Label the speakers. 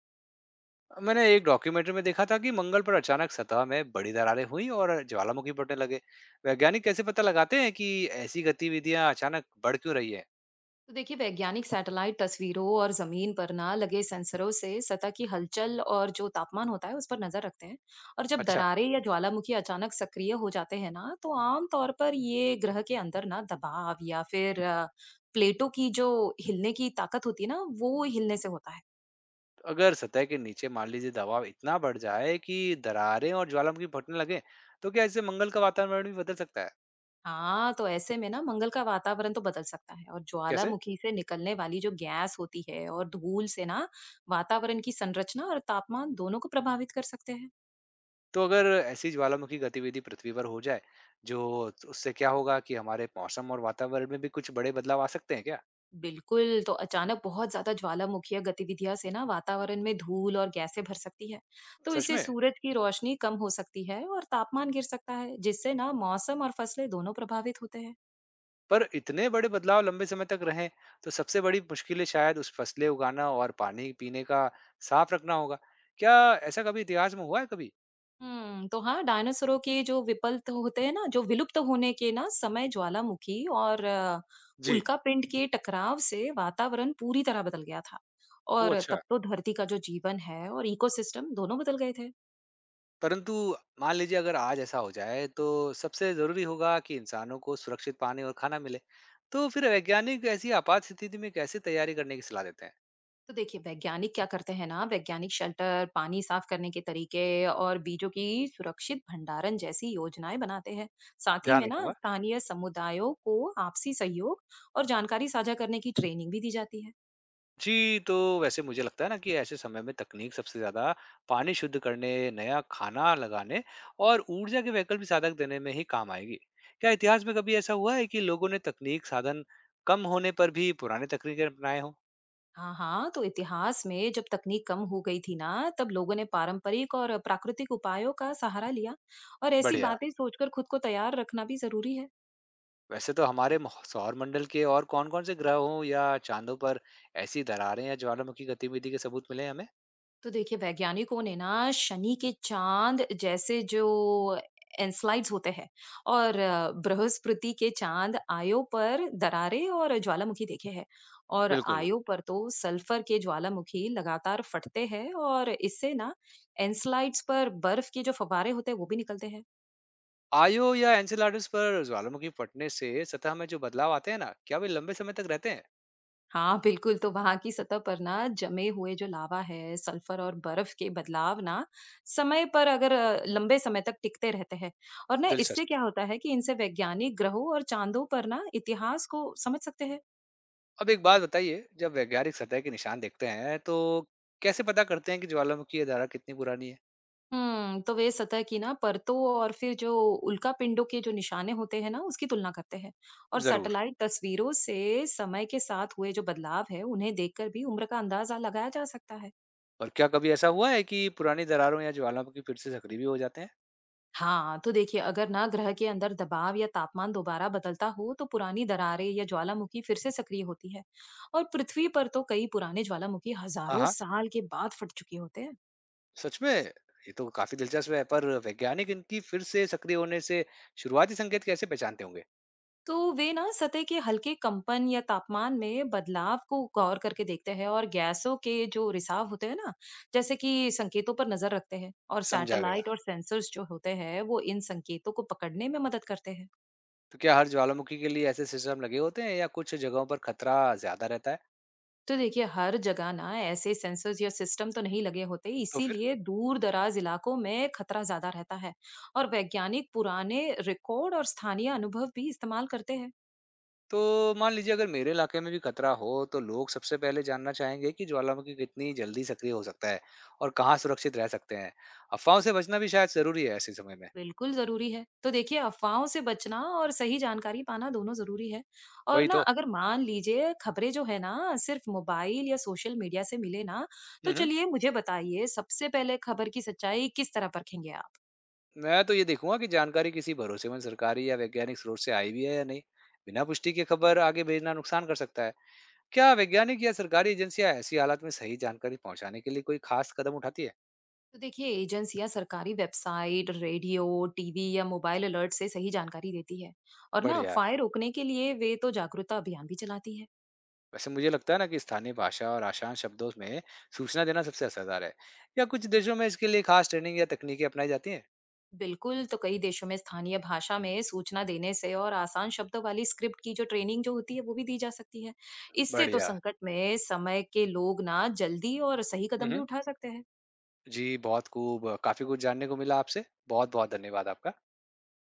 Speaker 1: मैंने एक डॉक्यूमेंट्री में देखा था कि मंगल पर अचानक सतह में बड़ी दरारें हुई और ज्वालामुखी फटने लगे। वैज्ञानिक कैसे पता लगाते हैं कि ऐसी गतिविधियां अचानक बढ़ क्यों रही है।
Speaker 2: तो देखिए वैज्ञानिक सैटेलाइट तस्वीरों और जमीन पर ना लगे सेंसरों से सतह की हलचल और जो तापमान होता है उस पर नजर रखते हैं। और जब
Speaker 1: अच्छा।
Speaker 2: दरारें या ज्वालामुखी अचानक सक्रिय हो जाते हैं ना तो आम तौर पर ये ग्रह के अंदर ना दबाव या फिर प्लेटों की जो हिलने की ताकत होती है ना वो हिलने से होता है।
Speaker 1: तो अगर सतह के नीचे मान लीजिए दबाव इतना बढ़ जाए कि दरारें और ज्वालामुखी फटने लगे, तो क्या इससे मंगल का वातावरण भी बदल सकता है।
Speaker 2: हाँ, तो ऐसे में ना मंगल का वातावरण तो बदल सकता है और
Speaker 1: कैसे?
Speaker 2: ज्वालामुखी से निकलने वाली जो गैस होती है और धूल से ना वातावरण की संरचना और तापमान दोनों को प्रभावित कर सकते हैं।
Speaker 1: तो अगर ऐसी ज्वालामुखी गतिविधि पृथ्वी पर हो जाए, जो उससे क्या होगा कि हमारे मौसम और वातावरण में भी कुछ बड़े बदलाव आ सकते हैं क्या।
Speaker 2: बिल्कुल, तो अचानक बहुत ज़्यादा ज्वालामुखीय गतिविधियाँ से ना वातावरण में धूल और गैसें भर सकती है। तो
Speaker 1: सच
Speaker 2: इससे
Speaker 1: में?
Speaker 2: सूरज की रोशनी कम हो सकती है और तापमान गिर सकता है, जिससे ना मौसम और फसलें दोनों प्रभावित होते हैं।
Speaker 1: पर इतने बड़े बदलाव लंबे समय तक रहें, तो सबसे बड़ी मुश्किलें शायद उस फसलें उगाना और पानी पीने का साफ रखना होगा। क्या ऐसा कभी इतिहास में हुआ है कभी?
Speaker 2: तो हाँ, डायनासोरों के जो विपल्त होते हैं ना, जो विलुप्त होने के ना समय ज्वालामुखी और
Speaker 1: जी।
Speaker 2: उल्कापिंड के टकराव से वातावरण पूरी तरह बदल गया था।
Speaker 1: ओह!
Speaker 2: और
Speaker 1: अच्छा।
Speaker 2: तब
Speaker 1: है।
Speaker 2: तो धरती का जो जीवन है और इकोसिस्टम दोनों बदल गए थे।
Speaker 1: परंतु मान लीजिए अगर आज ऐसा हो जाए, तो सबसे ज़रूरी होगा कि इंसानों को सुरक्षित पानी और खाना मिले। तो फिर वैज्ञानिक ऐसी आपात स्थिति में कैसे तैयारी करने की सलाह देते हैं?
Speaker 2: तो देखिए वैज्ञानिक क्या करते हैं ना, वैज्ञानिक शेल्टर, पानी साफ करने के तरीके और बीजों की सुरक्षित भंडारण जैसी योजनाएं बनाते हैं। साथ ही
Speaker 1: ध्यान
Speaker 2: में ना
Speaker 1: रखूँगा।
Speaker 2: स्थानीय समुदायों को आपसी सहयोग और जानकारी साझा करने की ट्रेनिंग भी दी जाती है।
Speaker 1: जी, तो वैसे मुझे लगता है ना कि ऐसे समय में तकनीक सबसे ज़्यादा पानी शुद्ध करने, नया खाना लगाने और ऊर्जा के वैकल्पिक साधक देने में ही काम आएगी। क्या इतिहास में कभी ऐसा हुआ है कि लोगों ने तकनीक साधन कम होने पर भी पुराने तकनीकें अपनाए हों?
Speaker 2: हाँ हाँ, तो इतिहास में जब तकनीक कम हो गई थी ना, तब लोगों ने पारंपरिक और प्राकृतिक उपायों का सहारा लिया। और ऐसी
Speaker 1: बढ़िया।
Speaker 2: बातें सोचकर खुद को तैयार रखना भी जरूरी है।
Speaker 1: वैसे तो हमारे सौरमंडल के और कौन-कौन से ग्रहों या चांदों पर ऐसी दरारें या ज्वालामुखी गतिविधि के सबूत मिले हैं हमें?
Speaker 2: तो देखिए, वैज्ञानिकों ने ना शनि के चाँद जैसे जो एनस्लाइड्स होते हैं और बृहस्पति के चाँद आयों पर दरारें और ज्वालामुखी देखे हैं। और
Speaker 1: बिल्कुल।
Speaker 2: आयों पर तो सल्फर के ज्वालामुखी लगातार फटते हैं और इससे ना एनस्लाइड्स पर बर्फ के जो फव्वारे होते हैं, वो भी निकलते हैं।
Speaker 1: आयो या एनसेलाडस पर ज्वालामुखी फटने से सतह में जो बदलाव आते हैं ना, क्या वे लंबे समय तक रहते हैं?
Speaker 2: हाँ, बिल्कुल, तो वहाँ की सतह पर ना जमे हुए जो लावा है, सल्फर और बर्फ के बदलाव ना समय पर अगर लंबे समय तक टिकते रहते हैं। और ना इससे
Speaker 1: दिलचस्प।
Speaker 2: क्या होता है कि इनसे वैज्ञानिक ग्रहों और चाँदों पर ना इतिहास को समझ सकते हैं।
Speaker 1: अब एक बात बताइए, जब वैज्ञानिक सतह के निशान देखते हैं, तो कैसे पता करते हैं कि ज्वालामुखी या दरार कितनी पुरानी है?
Speaker 2: हुँ, तो वे सतह की ना परतों और फिर जो उल्कापिंडों के जो निशाने होते हैं ना, उसकी तुलना करते हैं। और
Speaker 1: ज़रूर।
Speaker 2: सैटेलाइट तस्वीरों से समय के साथ हुए जो बदलाव है, उन्हें देखकर भी उम्र का अंदाज़ा लगाया जा सकता है।
Speaker 1: और क्या कभी ऐसा हुआ है कि पुरानी दरारों या ज्वालामुखी फिर से सक्रिय भी हो जाते हैं?
Speaker 2: हाँ, तो देखिए, अगर ना ग्रह के अंदर दबाव या तापमान दोबारा बदलता हो तो पुरानी दरारें या ज्वालामुखी फिर से सक्रिय होती है। और पृथ्वी पर तो कई पुराने ज्वालामुखी
Speaker 1: हाँ,
Speaker 2: हजारों
Speaker 1: हाँ,
Speaker 2: साल के बाद फट चुके होते हैं।
Speaker 1: सच में? ये तो काफ़ी दिलचस्प है, पर वैज्ञानिक इनकी फिर से सक्रिय होने से शुरुआती संकेत कैसे पहचानते होंगे?
Speaker 2: तो वे ना सतह के हल्के कंपन या तापमान में बदलाव को गौर करके देखते हैं और गैसों के जो रिसाव होते हैं ना, जैसे कि संकेतों पर नजर रखते हैं। और
Speaker 1: समझा गया।
Speaker 2: सैटेलाइट और सेंसर्स जो होते हैं वो इन संकेतों को पकड़ने में मदद करते हैं।
Speaker 1: तो क्या हर ज्वालामुखी के लिए ऐसे सिस्टम लगे होते हैं या कुछ जगहों पर खतरा ज़्यादा रहता है?
Speaker 2: तो देखिए, हर जगह ना ऐसे सेंसर्स या सिस्टम तो नहीं लगे होते,
Speaker 1: तो फिर,
Speaker 2: इसीलिए दूर दराज इलाकों में खतरा ज्यादा रहता है। और वैज्ञानिक पुराने रिकॉर्ड और स्थानीय अनुभव भी इस्तेमाल करते हैं।
Speaker 1: तो मान लीजिए अगर मेरे इलाके में भी खतरा हो, तो लोग सबसे पहले जानना चाहेंगे कि ज्वालामुखी कितनी जल्दी सक्रिय हो सकता है और कहाँ सुरक्षित रह सकते हैं। अफवाहों से बचना भी शायद जरूरी है ऐसे समय में।
Speaker 2: बिल्कुल जरूरी है, तो देखिए अफवाहों से बचना और सही जानकारी पाना दोनों जरूरी है। और
Speaker 1: वही
Speaker 2: ना
Speaker 1: तो।
Speaker 2: अगर मान लीजिए खबरें जो है ना सिर्फ मोबाइल या सोशल मीडिया से मिले ना, तो
Speaker 1: हम्म।
Speaker 2: चलिए मुझे बताइए, सबसे पहले खबर की सच्चाई किस तरह परखेंगे आप?
Speaker 1: मैं तो ये देखूंगा कि जानकारी किसी भरोसेमंद सरकारी या वैज्ञानिक स्रोत से आई भी है या नहीं। बिना पुष्टि के खबर आगे भेजना नुकसान कर सकता है। क्या वैज्ञानिक या सरकारी एजेंसियां ऐसी हालत में सही जानकारी पहुंचाने के लिए कोई खास कदम उठाती है?
Speaker 2: तो देखिए, एजेंसियां सरकारी वेबसाइट, रेडियो, टीवी या मोबाइल अलर्ट से सही जानकारी देती है। और ना
Speaker 1: बढ़िया।
Speaker 2: फायर रोकने के लिए वे तो जागरूकता अभियान भी चलाती है।
Speaker 1: वैसे मुझे लगता है ना कि स्थानीय भाषा और आसान शब्दों में सूचना देना सबसे असरदार है। या कुछ देशों में इसके लिए खास ट्रेनिंग या तकनीकें अपनाई जाती हैं?
Speaker 2: बिल्कुल, तो कई देशों में स्थानीय भाषा में सूचना देने से और आसान शब्दों वाली स्क्रिप्ट की जो ट्रेनिंग जो होती है वो भी दी जा सकती है। इससे तो
Speaker 1: बढ़िया।
Speaker 2: संकट में समय के लोग ना जल्दी और सही कदम भी
Speaker 1: हम्म।
Speaker 2: उठा सकते हैं।
Speaker 1: जी, बहुत खूब, काफी कुछ जानने को मिला आपसे, बहुत बहुत धन्यवाद आपका।